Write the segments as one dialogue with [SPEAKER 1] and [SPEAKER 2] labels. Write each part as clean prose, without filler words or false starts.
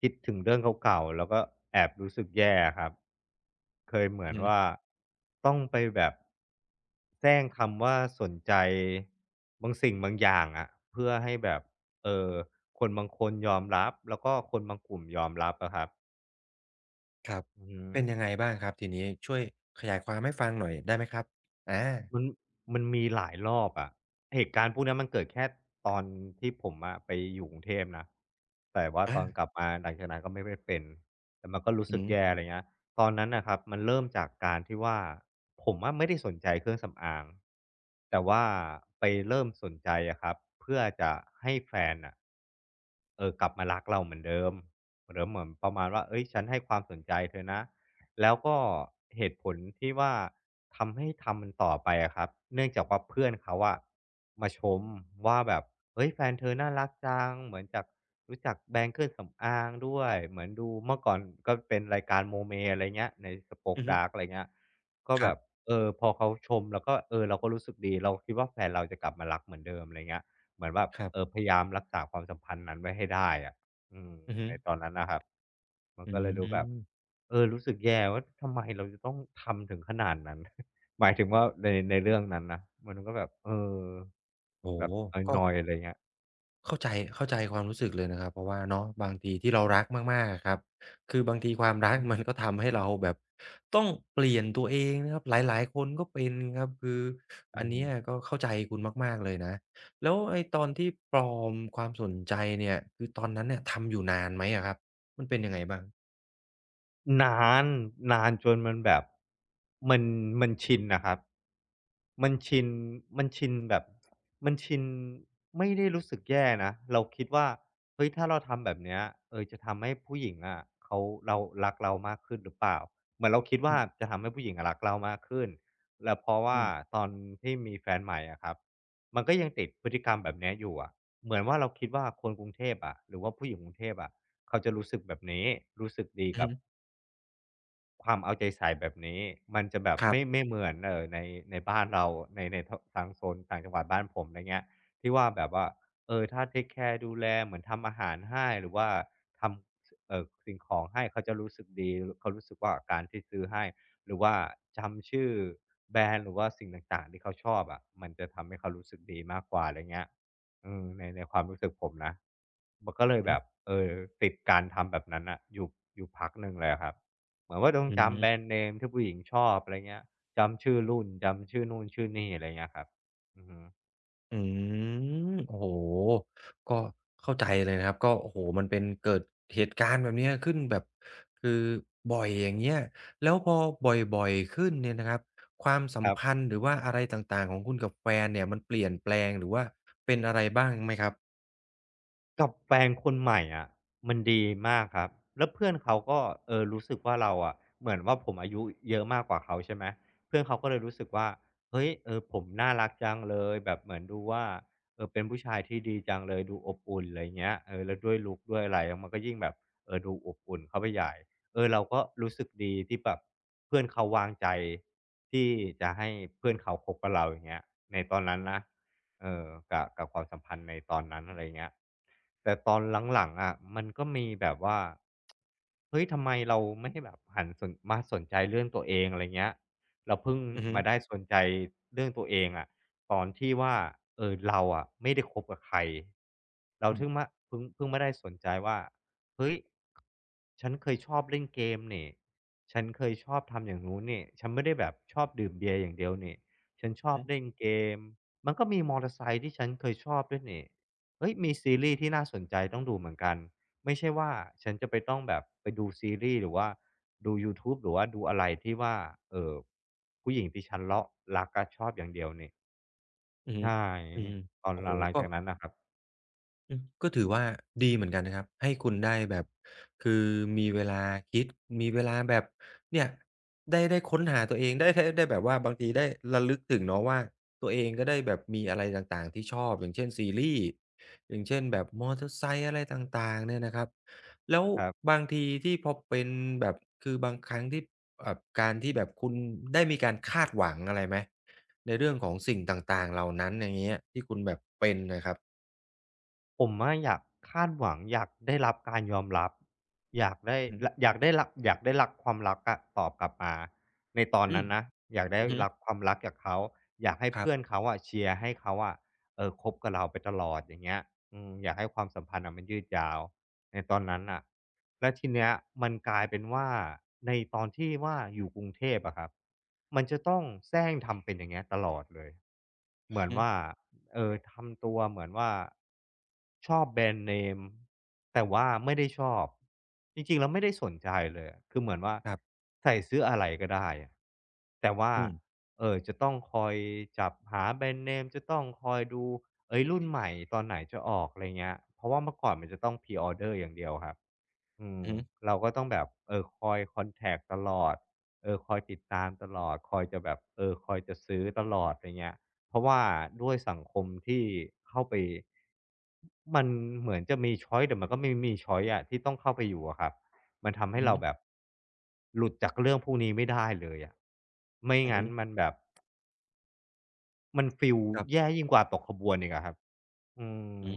[SPEAKER 1] คิดถึงเรื่องเก่าๆแล้วก็แอบรู้สึกแย่ครับ เคยเหมื
[SPEAKER 2] อื
[SPEAKER 1] อน
[SPEAKER 2] อ
[SPEAKER 1] ว่า
[SPEAKER 2] ฮึ
[SPEAKER 1] ต้องไปแบบแซงคำว่าสนใจบางสิ่งบางอย่างอะเพื่อให้แบบเออคนบางคนยอมรับแล้วก็คนบางกลุ่มยอมรับอะครับ
[SPEAKER 2] ครับ
[SPEAKER 1] อือฮึ
[SPEAKER 2] เป็นยังไงบ้างครับทีนี้ช่วยขยายความให้ฟังหน่อยได้ไหมครับอา
[SPEAKER 1] มันมันมีหลายรอบอะเหตุการณ์พวกเนี้ยมันเกิดแค่ตอนที่ผมอะไปอยู่กรุงเทพนะแต่ว่าตอนก
[SPEAKER 2] อา
[SPEAKER 1] ลับมาหลังจากนั้นก็ไม่ได้เป็นแต่มันก็รู้
[SPEAKER 2] อือ
[SPEAKER 1] สึก
[SPEAKER 2] ฮึ
[SPEAKER 1] แย่อะไรเงี้ยตอนนั้นน่ะครับมันเริ่มจากการที่ว่าผมอะไม่ได้สนใจเครื่องสำอางแต่ว่าไปเริ่มสนใจอะครับเพื่อจะให้แฟนน่ะกลับมารักเราเหมือนเดิมเหมือนประมาณว่าเฮ้ยฉันให้ความสนใจเธอนะ แล้วก็เหตุผลที่ว่าทำให้ทำมันต่อไปอะครับเนื่องจากว่าเพื่อนเขาอะมาชมว่าแบบเฮ้ยแฟนเธอน่ารักจังเหมือนจากรู้จักแบรนด์เครื่องสำอางด้วยเหมือนดูเมื่อก่อนก็เป็นรายการโมเมอะไรเงี้ยใน
[SPEAKER 2] อื
[SPEAKER 1] Spoke
[SPEAKER 2] อฮึ
[SPEAKER 1] Dark อะไรเงี้ยก็
[SPEAKER 2] ค
[SPEAKER 1] แบ
[SPEAKER 2] รั
[SPEAKER 1] บ
[SPEAKER 2] บ
[SPEAKER 1] พอเขาชมแล้วก็เราก็รู้สึกดีเราคิดว่าแฟนเราจะกลับมารักเหมือนเดิมอะไรเงี้ยเหมือนแบบ
[SPEAKER 2] ครับ
[SPEAKER 1] พยายามรักษาความสัมพันธ์นั้นไว้ให้ได้อะ อืม
[SPEAKER 2] อือฮึ
[SPEAKER 1] ในตอนนั้นนะครับมัน
[SPEAKER 2] อื
[SPEAKER 1] ก็เลยดูแบบ
[SPEAKER 2] ม
[SPEAKER 1] รู้สึกแย่ว่าทำไมเราจะต้องทำถึงขนาดนั้น หมายถึงว่าในเรื่องนั้นนะมันก็แบบ
[SPEAKER 2] โอ้
[SPEAKER 1] แบบ
[SPEAKER 2] โฮก็
[SPEAKER 1] นอยๆอะไรเงี้ย
[SPEAKER 2] เข้าใจเข้าใจความรู้สึกเลยนะครับเพราะว่าเนาะบางทีที่เรารักมากๆอะครับคือบางทีความรัก มันก็ทำให้เราแบบต้องเปลี่ยนตัวเองนะครับหลายๆคนก็เป็นครับคือ
[SPEAKER 1] อื
[SPEAKER 2] อัน
[SPEAKER 1] อฮึ
[SPEAKER 2] เนี้ยก็เข้าใจคุณมากๆเลยนะแล้วไอ้ตอนที่ปลอมความสนใจเนี่ยคือตอนนั้นเนี่ยทำอยู่นานไหมอะครับมันเป็นยังไงบ้าง
[SPEAKER 1] นานนานจนมันแบบมันมันชินน่ะครับมันชินมันชินแบบมันชินไม่ได้รู้สึกแย่นะเราคิดว่าเฮ้ยถ้าเราทำแบบเนี้ยจะทำให้ผู้หญิงอะเขาเรารักเรามากขึ้นหรือเปล่าเหมือนเราคิด
[SPEAKER 2] อื
[SPEAKER 1] ว่า
[SPEAKER 2] ม
[SPEAKER 1] จะทำให้ผู้หญิงอะรักเรามากขึ้นแล้วเพราะ
[SPEAKER 2] อื
[SPEAKER 1] ว่า
[SPEAKER 2] ม
[SPEAKER 1] ตอนที่มีแฟนใหม่อะครับมันก็ยังติดพฤติกรรมแบบเนี้ยอยู่อะเหมือนว่าเราคิดว่าคนกรุงเทพอะหรือว่าผู้หญิงกรุงเทพอะเขาจะรู้สึกแบบนี้รู้สึกดี
[SPEAKER 2] อือ
[SPEAKER 1] กั
[SPEAKER 2] ฮึ
[SPEAKER 1] บ ความเอาใจใส่แบบนี้มันจะแบบ
[SPEAKER 2] ครั
[SPEAKER 1] ไม่
[SPEAKER 2] บ
[SPEAKER 1] ไม่เหมือนในในบ้านเราในในทางโซนต่างจังหวัดบ้านผมอะไรเงี้ยที่ว่าแบบว่าถ้าเทกแคร์ดูแลเหมือนทำอาหารให้หรือว่าทำสิ่งของให้เขาจะรู้สึกดีเขารู้สึกว่าการที่ซื้อให้หรือว่าจำชื่อแบรนด์หรือว่าสิ่งต่างๆที่เขาชอบอะมันจะทำให้เขารู้สึกดีมากกว่าอะไรเงี้ยในในความรู้สึกผมนะมันก็เลย
[SPEAKER 2] อื
[SPEAKER 1] แบ
[SPEAKER 2] อ
[SPEAKER 1] บติดการทำแบบนั้นน่ะอยู่อยู่พักหนึ่งเลยอะครับ เหมือนว่าต้อง
[SPEAKER 2] อือฮึ
[SPEAKER 1] จำแบรนด์เนมที่ผู้หญิงชอบอะไรเงี้ยจำชื่อรุ่น จำชื่อนู่นชื่อนี่อะไรเงี้ยครับอือฮึ
[SPEAKER 2] อืมโอ้โฮก็เข้าใจเลยนะครับก็โอ้โฮมันเป็นเกิดเหตุการณ์แบบเนี้ยขึ้นแบบคือบ่อยอย่างเงี้ยแล้วพอบ่อยๆขึ้นเนี่ยนะครับความสั
[SPEAKER 1] ค
[SPEAKER 2] ม
[SPEAKER 1] รั
[SPEAKER 2] พัน
[SPEAKER 1] บ
[SPEAKER 2] ธ์หรือว่าอะไรต่างๆของคุณกับแฟนเนี่ยมันเปลี่ยนแปลงหรือว่าเป็นอะไรบ้างไหมครับ
[SPEAKER 1] กับแฟนคนใหม่อะมันดีมากครับแล้วเพื่อนเขาก็รู้สึกว่าเราอะเหมือนว่าผมอายุเยอะมากกว่าเขาใช่ไหมเพื่อนเขาก็เลยรู้สึกว่าเฮ้ยผมน่ารักจังเลยแบบเหมือนดูว่าเป็นผู้ชายที่ดีจังเลยดูอบอุ่นอะไรเงี้ยแล้วด้วยลุกด้วยอะไรมันก็ยิ่งแบบดูอบอุ่นเข้าไปใหญ่เราก็รู้สึกดีที่แบบเพื่อนเขาวางใจที่จะให้เพื่อนเขาคบกับเราอย่างเงี้ยในตอนนั้นนะ เออกับความสัมพันธ์ในตอนนั้นอะไรเงี้ยแต่ตอนหลังๆอะมันก็มีแบบว่าเฮ้ยทำไมเราไม่้แบบหันสนมาสนใจเรื่องตัวเองอะไรเงี้ยเราเพิ่ง
[SPEAKER 2] อือฮึ
[SPEAKER 1] มาได้สนใจเรื่องตัวเองอะตอนที่ว่าเราอะไม่ได้คบกับใครเรา
[SPEAKER 2] อือ
[SPEAKER 1] ถึงมาเพิ่งมาได้สนใจว่าเฮ้ยฉันเคยชอบเล่นเกมเนี่ยฉันเคยชอบทำอย่างนู้นเนี่ยฉันไม่ได้แบบชอบดื่มเบียร์อย่างเดียวเนี่ยฉันช
[SPEAKER 2] อือ
[SPEAKER 1] อบ
[SPEAKER 2] ฮึ
[SPEAKER 1] เล่นเกม มันก็มีมอเตอร์ไซค์ที่ฉันเคยชอบด้วยนี่เฮ้ยมีซีรีส์ที่น่าสนใจต้องดูเหมือนกัน ไม่ใช่ว่าฉันจะไปต้องแบบไปดูซีรีส์หรือว่าดูยูทูบหรือว่าดูอะไรที่ว่าเออผู้หญิงที่ฉันเลาะรักอะชอบอย่างเดียวนี่
[SPEAKER 2] อือฮึ
[SPEAKER 1] ใช่
[SPEAKER 2] อืม
[SPEAKER 1] ตอน
[SPEAKER 2] โอ้
[SPEAKER 1] ห
[SPEAKER 2] โฮ
[SPEAKER 1] ลังหลัง
[SPEAKER 2] ก็
[SPEAKER 1] จากนั้นน่ะครับ
[SPEAKER 2] อืมก็ถือว่าดีเหมือนกันนะครับให้คุณได้แบบคือมีเวลาคิดมีเวลาแบบเนี่ยได้ได้ค้นหาตัวเองได้ได้ได้แบบว่าบางทีได้ระลึกถึงเนาะว่าตัวเองก็ได้แบบมีอะไรต่างๆที่ชอบอย่างเช่นซีรีส์อย่างเช่นแบบมอเตอร์ไซค์อะไรต่างๆเนี่ยนะครับแล้ว
[SPEAKER 1] ครับ
[SPEAKER 2] บางทีที่พอเป็นแบบคือบางครั้งที่การที่แบบคุณได้มีการคาดหวังอะไรไหมในเรื่องของสิ่งต่างๆเหล่านั้นอย่างเงี้ยที่คุณแบบเป็นน่ะครับ
[SPEAKER 1] ผมอะอยากคาดหวังอยากได้รับการยอมรับอยากได้
[SPEAKER 2] อือ
[SPEAKER 1] รอยากได้รับอยากได้รับความรักอะตอบกลับมาในตอน
[SPEAKER 2] อื
[SPEAKER 1] นั้
[SPEAKER 2] ม
[SPEAKER 1] นนะอยากได้
[SPEAKER 2] อือฮึ
[SPEAKER 1] รับความรักจากเขาอยากให้
[SPEAKER 2] ครั
[SPEAKER 1] เพื่อน
[SPEAKER 2] บ
[SPEAKER 1] เขาอะเชียร์ให้เขาอะคบกับเราไปตลอดอย่างเงี้ยอืมอยากให้ความสัมพันธ์น่ะมันยืดยาวในตอนนั้นน่ะแล้วทีเนี้ยมันกลายเป็นว่าในตอนที่ว่าอยู่กรุงเทพอะครับมันจะต้องแสร้งทำเป็นอย่างเงี้ยตลอดเลยเหมื
[SPEAKER 2] อื
[SPEAKER 1] อ
[SPEAKER 2] อ
[SPEAKER 1] น
[SPEAKER 2] ฮึ
[SPEAKER 1] ว่า เออทำตัวเหมือนว่าชอบแบรนด์เนมแต่ว่าไม่ได้ชอบจริงๆแล้วไม่ได้สนใจเลยอะคือเหมือนว่า
[SPEAKER 2] ครับ
[SPEAKER 1] ใส่ซื้ออะไรก็ได้อะแต่ว่า
[SPEAKER 2] อืม
[SPEAKER 1] จะต้องคอยจับหาแบรนด์เนมจะต้องคอยดูเฮ้ยรุ่นใหม่ตอนไหนจะออกอะไรเงี้ยเพราะว่าเมื่อก่อนมันจะต้อง Pre-order อย่างเดียวครับ อืม
[SPEAKER 2] อือฮึ
[SPEAKER 1] เราก็ต้องแบบเออคอยคอนแทกตลอดเออคอยติดตามตลอดคอยจะแบบเออคอยจะซื้อตลอดอะไรเงี้ยเพราะว่าด้วยสังคมที่เข้าไปมันเหมือนจะมีช้อยส์แต่มันก็ไม่มีช้อยส์อะที่ต้องเข้าไปอยู่อะครับมันทำให้
[SPEAKER 2] อือ
[SPEAKER 1] เรา
[SPEAKER 2] ฮึ
[SPEAKER 1] แบบหลุดจากเรื่องพวกนี้ไม่ได้เลยอะไม่
[SPEAKER 2] อือ
[SPEAKER 1] งั้
[SPEAKER 2] ฮึ
[SPEAKER 1] นมันแบบมันฟีลแย่ยิ่งกว่าตกขบวนอีกอะครับอื
[SPEAKER 2] อื
[SPEAKER 1] ม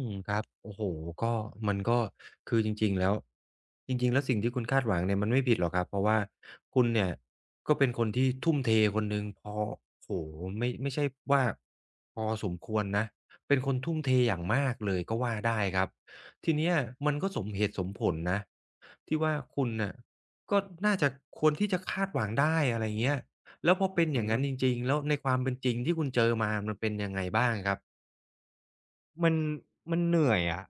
[SPEAKER 2] มครับโอ้โฮก็มันก็คือจริงๆแล้วจริงๆแล้วสิ่งที่คุณคาดหวังเนี่ยมันไม่ผิดหรอกครับเพราะว่าคุณเนี่ยก็เป็นคนที่ทุ่มเทคนหนึ่งพอโอ้โฮไม่ไม่ใช่ว่าพอสมควรนะเป็นคนทุ่มเทอย่างมากเลยก็ว่าได้ครับทีเนี้ยมันก็สมเหตุสมผลนะที่ว่าคุณน่ะก็น่าจะควรที่จะคาดหวังได้อะไรเงี้ยแล้วพอ
[SPEAKER 1] อือ
[SPEAKER 2] เป็น
[SPEAKER 1] ฮึ
[SPEAKER 2] อย่างงั้นจริงๆแล้วในความเป็นจริงที่คุณเจอมามันเป็นยังไงบ้างครับ
[SPEAKER 1] มันมันเหนื่อยอะ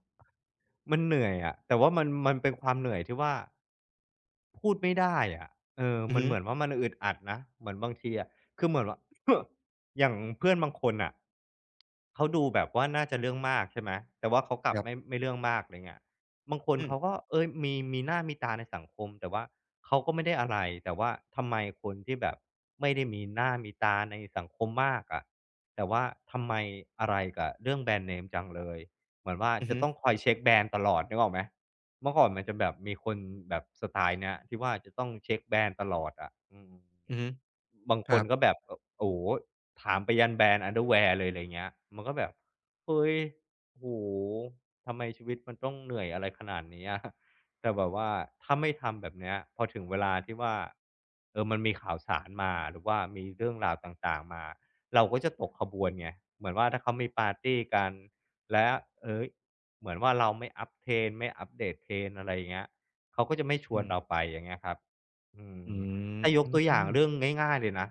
[SPEAKER 1] มันเหนื่อยอะแต่ว่ามันเป็นความเหนื่อยที่ว่า พูดไม่ได้อะเออมันเหมือนว่ามันอึดอัดนะเหมือนบางทีอะคือเหมือนว่า อย่างเพื่อนบางคนอ่ะเขาดูแบบว่าน่าจะเรื่องมากใช่ไหมแต่ว่าเขากลั
[SPEAKER 2] ค
[SPEAKER 1] บ
[SPEAKER 2] รับ
[SPEAKER 1] ไม่เรื่องมากอะไรเงี้ยบางคน
[SPEAKER 2] อืม
[SPEAKER 1] เขาก็เอ๊ยมีหน้ามีตาในสังคมแต่ว่าเขาก็ไม่ได้อะไร แต่ว่าทำไมคนที่แบบไม่ได้มีหน้ามีตาในสังคมมากอะแต่ว่าทำไมอะไรกับเรื่องแบรนด์เนมจังเลยเหมือนว่า
[SPEAKER 2] อือ
[SPEAKER 1] จะ
[SPEAKER 2] ฮึ
[SPEAKER 1] ต้องคอยเช็คแบรนด์ตลอดนึกออกไหม เมื่อก่อนมันจะแบบมีคนแบบสไตล์เนี้ยที่ว่าจะต้องเช็กแบรนด์ตลอดอะอืม
[SPEAKER 2] อือฮึ
[SPEAKER 1] บาง
[SPEAKER 2] ค
[SPEAKER 1] คน
[SPEAKER 2] รับ
[SPEAKER 1] ก็แบบเออโอ้โฮถามไปยันแบรนด์ Underwear เลยไรเงี้ยมันก็แบบเฮ้ยโอ้โฮทำไมชีวิตมันต้องเหนื่อยอะไรขนาดนี้อะ แต่แบบว่าถ้าไม่ทำแบบเนี้ยพอถึงเวลาที่ว่าเออมันมีข่าวสารมาหรือว่ามีเรื่องราวต่างๆมาเราก็จะตกขบวนไงเหมือนว่าถ้าเขามีปาร์ตีกันและเฮ้ยเหมือนว่าเราไม่ up trend ไม่อัปเดต trend อะไรอย่างเงี้ยเขาก็จะไม่ชว
[SPEAKER 2] อื
[SPEAKER 1] น
[SPEAKER 2] ม
[SPEAKER 1] เราไปอย่างเงี้ยครับอื
[SPEAKER 2] อ
[SPEAKER 1] ม
[SPEAKER 2] ื
[SPEAKER 1] ถ้ายกตัวอย่าง
[SPEAKER 2] ม
[SPEAKER 1] เรื่องง่ายๆเลยนะ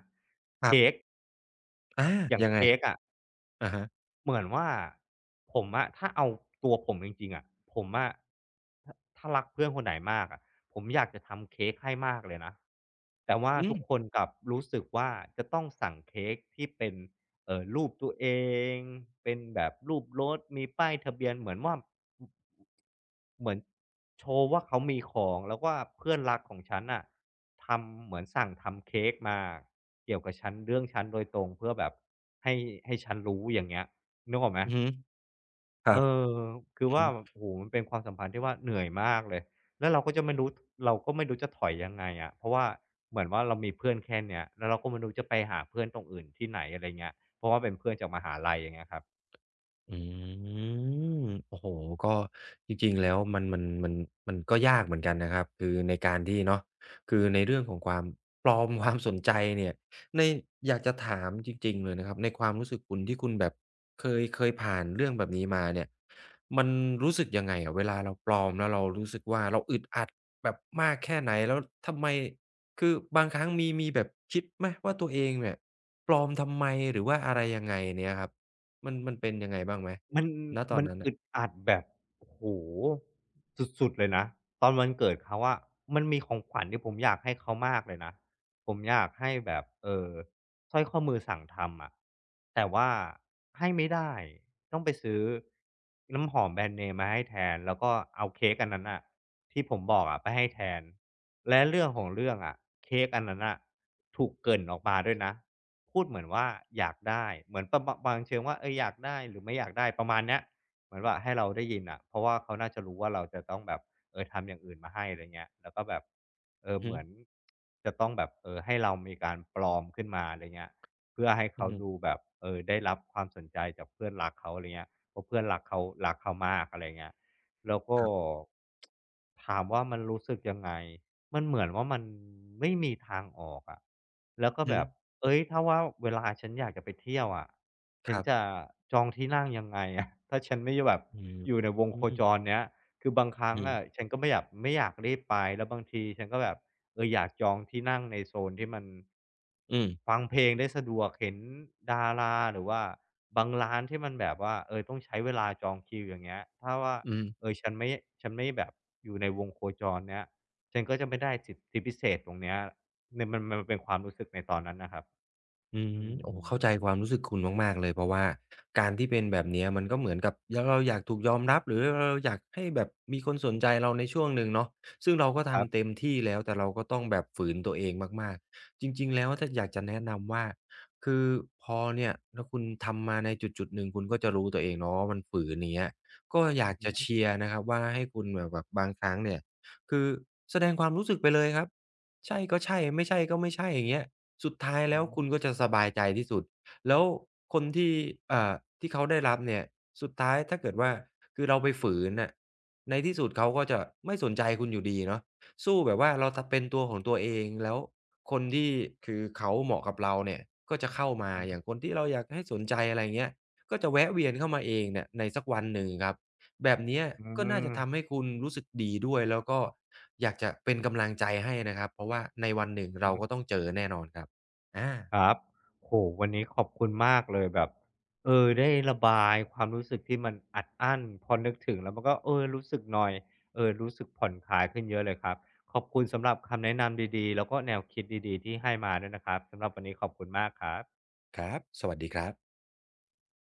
[SPEAKER 2] ครั
[SPEAKER 1] เค้ก
[SPEAKER 2] บอา
[SPEAKER 1] อย่าง
[SPEAKER 2] ยังไง
[SPEAKER 1] เค้
[SPEAKER 2] ครั
[SPEAKER 1] ก
[SPEAKER 2] บ
[SPEAKER 1] อะ
[SPEAKER 2] อะฮะ
[SPEAKER 1] เหมือนว่าผมอะถ้าเอาตัวผมจริงๆอะผมอะถ้ารักเพื่อนคนไหนมากอะผมอยากจะทำเค้กให้มากเลยนะแต่ว่า
[SPEAKER 2] อื
[SPEAKER 1] ทุ
[SPEAKER 2] ม
[SPEAKER 1] กคนกลับรู้สึกว่าจะต้องสั่งเค้กที่เป็นรูปตัวเองเป็นแบบรูปรถมีป้ายทะเบียนเหมือนว่าเหมือนโชว์ว่าเขามีของแล้วว่าเพื่อนรักของฉันน่ะทำเหมือนสั่งทำเค้กมาเกี่ยวกับฉันเรื่องฉันโดยตรงเพื่อแบบให้ให้ฉันรู้อย่างเงี้ย นึกออกไหม
[SPEAKER 2] อือฮึค
[SPEAKER 1] เอ
[SPEAKER 2] รับ
[SPEAKER 1] อคือว่าโอ้โฮมันเป็นความสัมพันธ์ที่ว่าเหนื่อยมากเลยแล้วเราก็จะไม่รู้เราก็ไม่รู้จะถอยยังไงอะเพราะว่าเหมือนว่าเรามีเพื่อนแค่เนี้ยแล้วเราก็ไม่รู้จะไปหาเพื่อนตรงอื่นที่ไหนอะไรเงี้ยเพราะว่าเป็นเพื่อนจากมหาลัยอย่างเงี้ยครับ
[SPEAKER 2] อืมโอ้โฮก็จริงๆแล้วมันมันมันมันก็ยากเหมือนกันนะครับคือในการที่เนาะคือในเรื่องของความปลอม ความสนใจเนี่ยในอยากจะถามจริงๆเลยนะครับในความรู้สึกคุณที่คุณแบบเคยผ่านเรื่องแบบนี้มาเนี่ยมันรู้สึกยังไงอะเวลาเราปลอมแล้วเรารู้สึกว่าเราอึดอัดแบบมากแค่ไหนแล้วทำไมคือบางครั้งมีมีแบบคิดไหมว่าตัวเองเนี่ยปลอมทำไมหรือว่าอะไรยังไงเนี่ยครับ มันมันเป็นยังไงบ้างไหม
[SPEAKER 1] มัน
[SPEAKER 2] ณตอ
[SPEAKER 1] มั
[SPEAKER 2] น
[SPEAKER 1] น
[SPEAKER 2] นั้น
[SPEAKER 1] อึ
[SPEAKER 2] น่ะ
[SPEAKER 1] ดอัดแบบโอ้โฮสุดๆเลยนะตอนวันเกิดเขาอะมันมีของขวัญที่ผมอยากให้เขามากเลยนะผมอยากให้แบบสร้อยข้อมือสั่งทำอะแต่ว่าให้ไม่ได้ต้องไปซื้อน้ำหอมแบรนด์เนมมาให้แทนแล้วก็เอาเค้กอันนั้นน่ะที่ผมบอกอะไปให้แทนและเรื่องของเรื่องอะเค้กอันนั้นน่ะถูกเกริ่นออกมาด้วยนะพูดเหมือนว่าอยากได้เหมือนประบปมาณเชิงว่าเอออยากได้หรือไม่อยากได้ประมาณเนี้ยเหมือนว่าให้เราได้ยินน่ะเพราะว่าเขาน่าจะรู้ว่าเราจะต้องแบบ เออทำอย่างอื่นมาให้อะไรเงี้ยแล้วก็แบบเออ
[SPEAKER 2] อือ
[SPEAKER 1] เห
[SPEAKER 2] ฮึ
[SPEAKER 1] มือนจะต้องแบบเออให้เรามีการปลอมขึ้นมาอะไรเงี้ยเพื่อให้
[SPEAKER 2] อื
[SPEAKER 1] เขา
[SPEAKER 2] ม
[SPEAKER 1] ดูแบบเออได้รับความสนใจจากเพื่อนรักเขาอะไรเงี้ยเพราะเพื่อนรักเขารักเขามากอะไรเงี้ยแล้วก็
[SPEAKER 2] ครับ
[SPEAKER 1] ถามว่ามันรู้สึกยังไงมันเหมือนว่ามันไม่มีทางออกอะแล้วก็
[SPEAKER 2] อือฮึ
[SPEAKER 1] แบบเอ้ยถ้าว่าเวลาฉันอยากจะไปเที่ยวอะฉั
[SPEAKER 2] ค
[SPEAKER 1] น
[SPEAKER 2] รั
[SPEAKER 1] จะ
[SPEAKER 2] บ
[SPEAKER 1] จองที่นั่งยังไงอะ ถ้าฉันไม่แบบ
[SPEAKER 2] อืม
[SPEAKER 1] อยู่ในวง
[SPEAKER 2] อื
[SPEAKER 1] โค
[SPEAKER 2] ม
[SPEAKER 1] จรเนี้ย คือบางครั้ง
[SPEAKER 2] อื
[SPEAKER 1] อะ
[SPEAKER 2] ม
[SPEAKER 1] ฉันก็ไม่อยากรีบไปแล้วบางทีฉันก็แบบเอออยากจองที่นั่งในโซนที่มันฟังเพลงได้สะดวกเห็นดาราหรือว่าบางร้านที่มันแบบว่าเออต้องใช้เวลาจองคิวอย่างเงี้ยถ้าว่า
[SPEAKER 2] อืม
[SPEAKER 1] เออฉันไม่แบบอยู่ในวงโคจรเนี้ยฉันก็จะไม่ได้สิทธิพิเศษตรงเนี้ยเนี่ยมันเป็นความรู้สึกในตอนนั้นน่ะครับ
[SPEAKER 2] อืม
[SPEAKER 1] อื
[SPEAKER 2] โอ้โฮ
[SPEAKER 1] ม
[SPEAKER 2] เข้าใจความรู้สึกคุณมากๆเลยเพราะว่าการที่เป็นแบบเนี้ยมันก็เหมือนกับยเราอยากถูกยอมรับหรือเราอยากให้แบบมีคนสนใจเราในช่วงหนึ่งเนาะซึ่งเราก็
[SPEAKER 1] ครั
[SPEAKER 2] ทำ
[SPEAKER 1] บ
[SPEAKER 2] เต็มที่แล้วแต่เราก็ต้องแบบฝืนตัวเองมากๆจริงๆแล้วถ้าอยากจะแนะนำว่าคือพอเนี่ยถ้าคุณทำมาในจุดๆหนึ่งคุณก็จะรู้ตัวเองเนาะว่ามันฝืนอย่างเงี้ยก็อ
[SPEAKER 1] อื
[SPEAKER 2] ยาก
[SPEAKER 1] อฮ
[SPEAKER 2] จะ
[SPEAKER 1] ึ
[SPEAKER 2] เชียร์นะครับว่าให้คุณแบบแบบบางครั้งเนี่ยคือแสดงความรู้สึกไปเลยครับใช่ก็ใช่ไม่ใช่ก็ไม่ใช่อย่างเงี้ย สุดท้าย
[SPEAKER 1] อื
[SPEAKER 2] แล้ว
[SPEAKER 1] อ
[SPEAKER 2] คุณก็จะสบายใจที่สุดแล้วคนที่อ่าที่เขาได้รับเนี่ยสุดท้ายถ้าเกิดว่าคือเราไปฝืนน่ะในที่สุดเขาก็จะไม่สนใจคุณอยู่ดีเนาะสู้แบบว่าเราทเป็นตัวของตัวเองแล้วคนที่คือเขาเหมาะกับเราเนี่ยก็จะเข้ามา
[SPEAKER 1] อื
[SPEAKER 2] อย่า
[SPEAKER 1] อ
[SPEAKER 2] งคนที่เราอยากให้สนใจอะไรอย่างเงี้ยก็จะแวะเวียนเข้ามาเองเนี่ยในสักวันหนึ่งครับ แบบเนี้ย
[SPEAKER 1] อ
[SPEAKER 2] ก็น่าจะ
[SPEAKER 1] ื
[SPEAKER 2] ทำให้คุณรู้สึกดีด้วยแล้วก็อยากจะเป็นกำลังใจให้นะครับเพราะว่าในวันหนึ่งเราก็
[SPEAKER 1] อ
[SPEAKER 2] ต้องเจอแน่นอนครับอา
[SPEAKER 1] ครับ โหวันนี้ขอบคุณมากเลยแบบเออได้ระบายความรู้สึกที่มันอัดอั้นพอนึกถึงแล้วมันก็เออรู้สึกนอยเออรู้สึกผ่อนคลายขึ้นเยอะเลยครับ ขอบคุณสำหรับคำแนะนำดีๆแล้วก็แนวคิดดีๆที่ให้มาด้วยนะครับสำหรับวันนี้ขอบคุณมากครับ
[SPEAKER 2] ครับสวัสดีครับ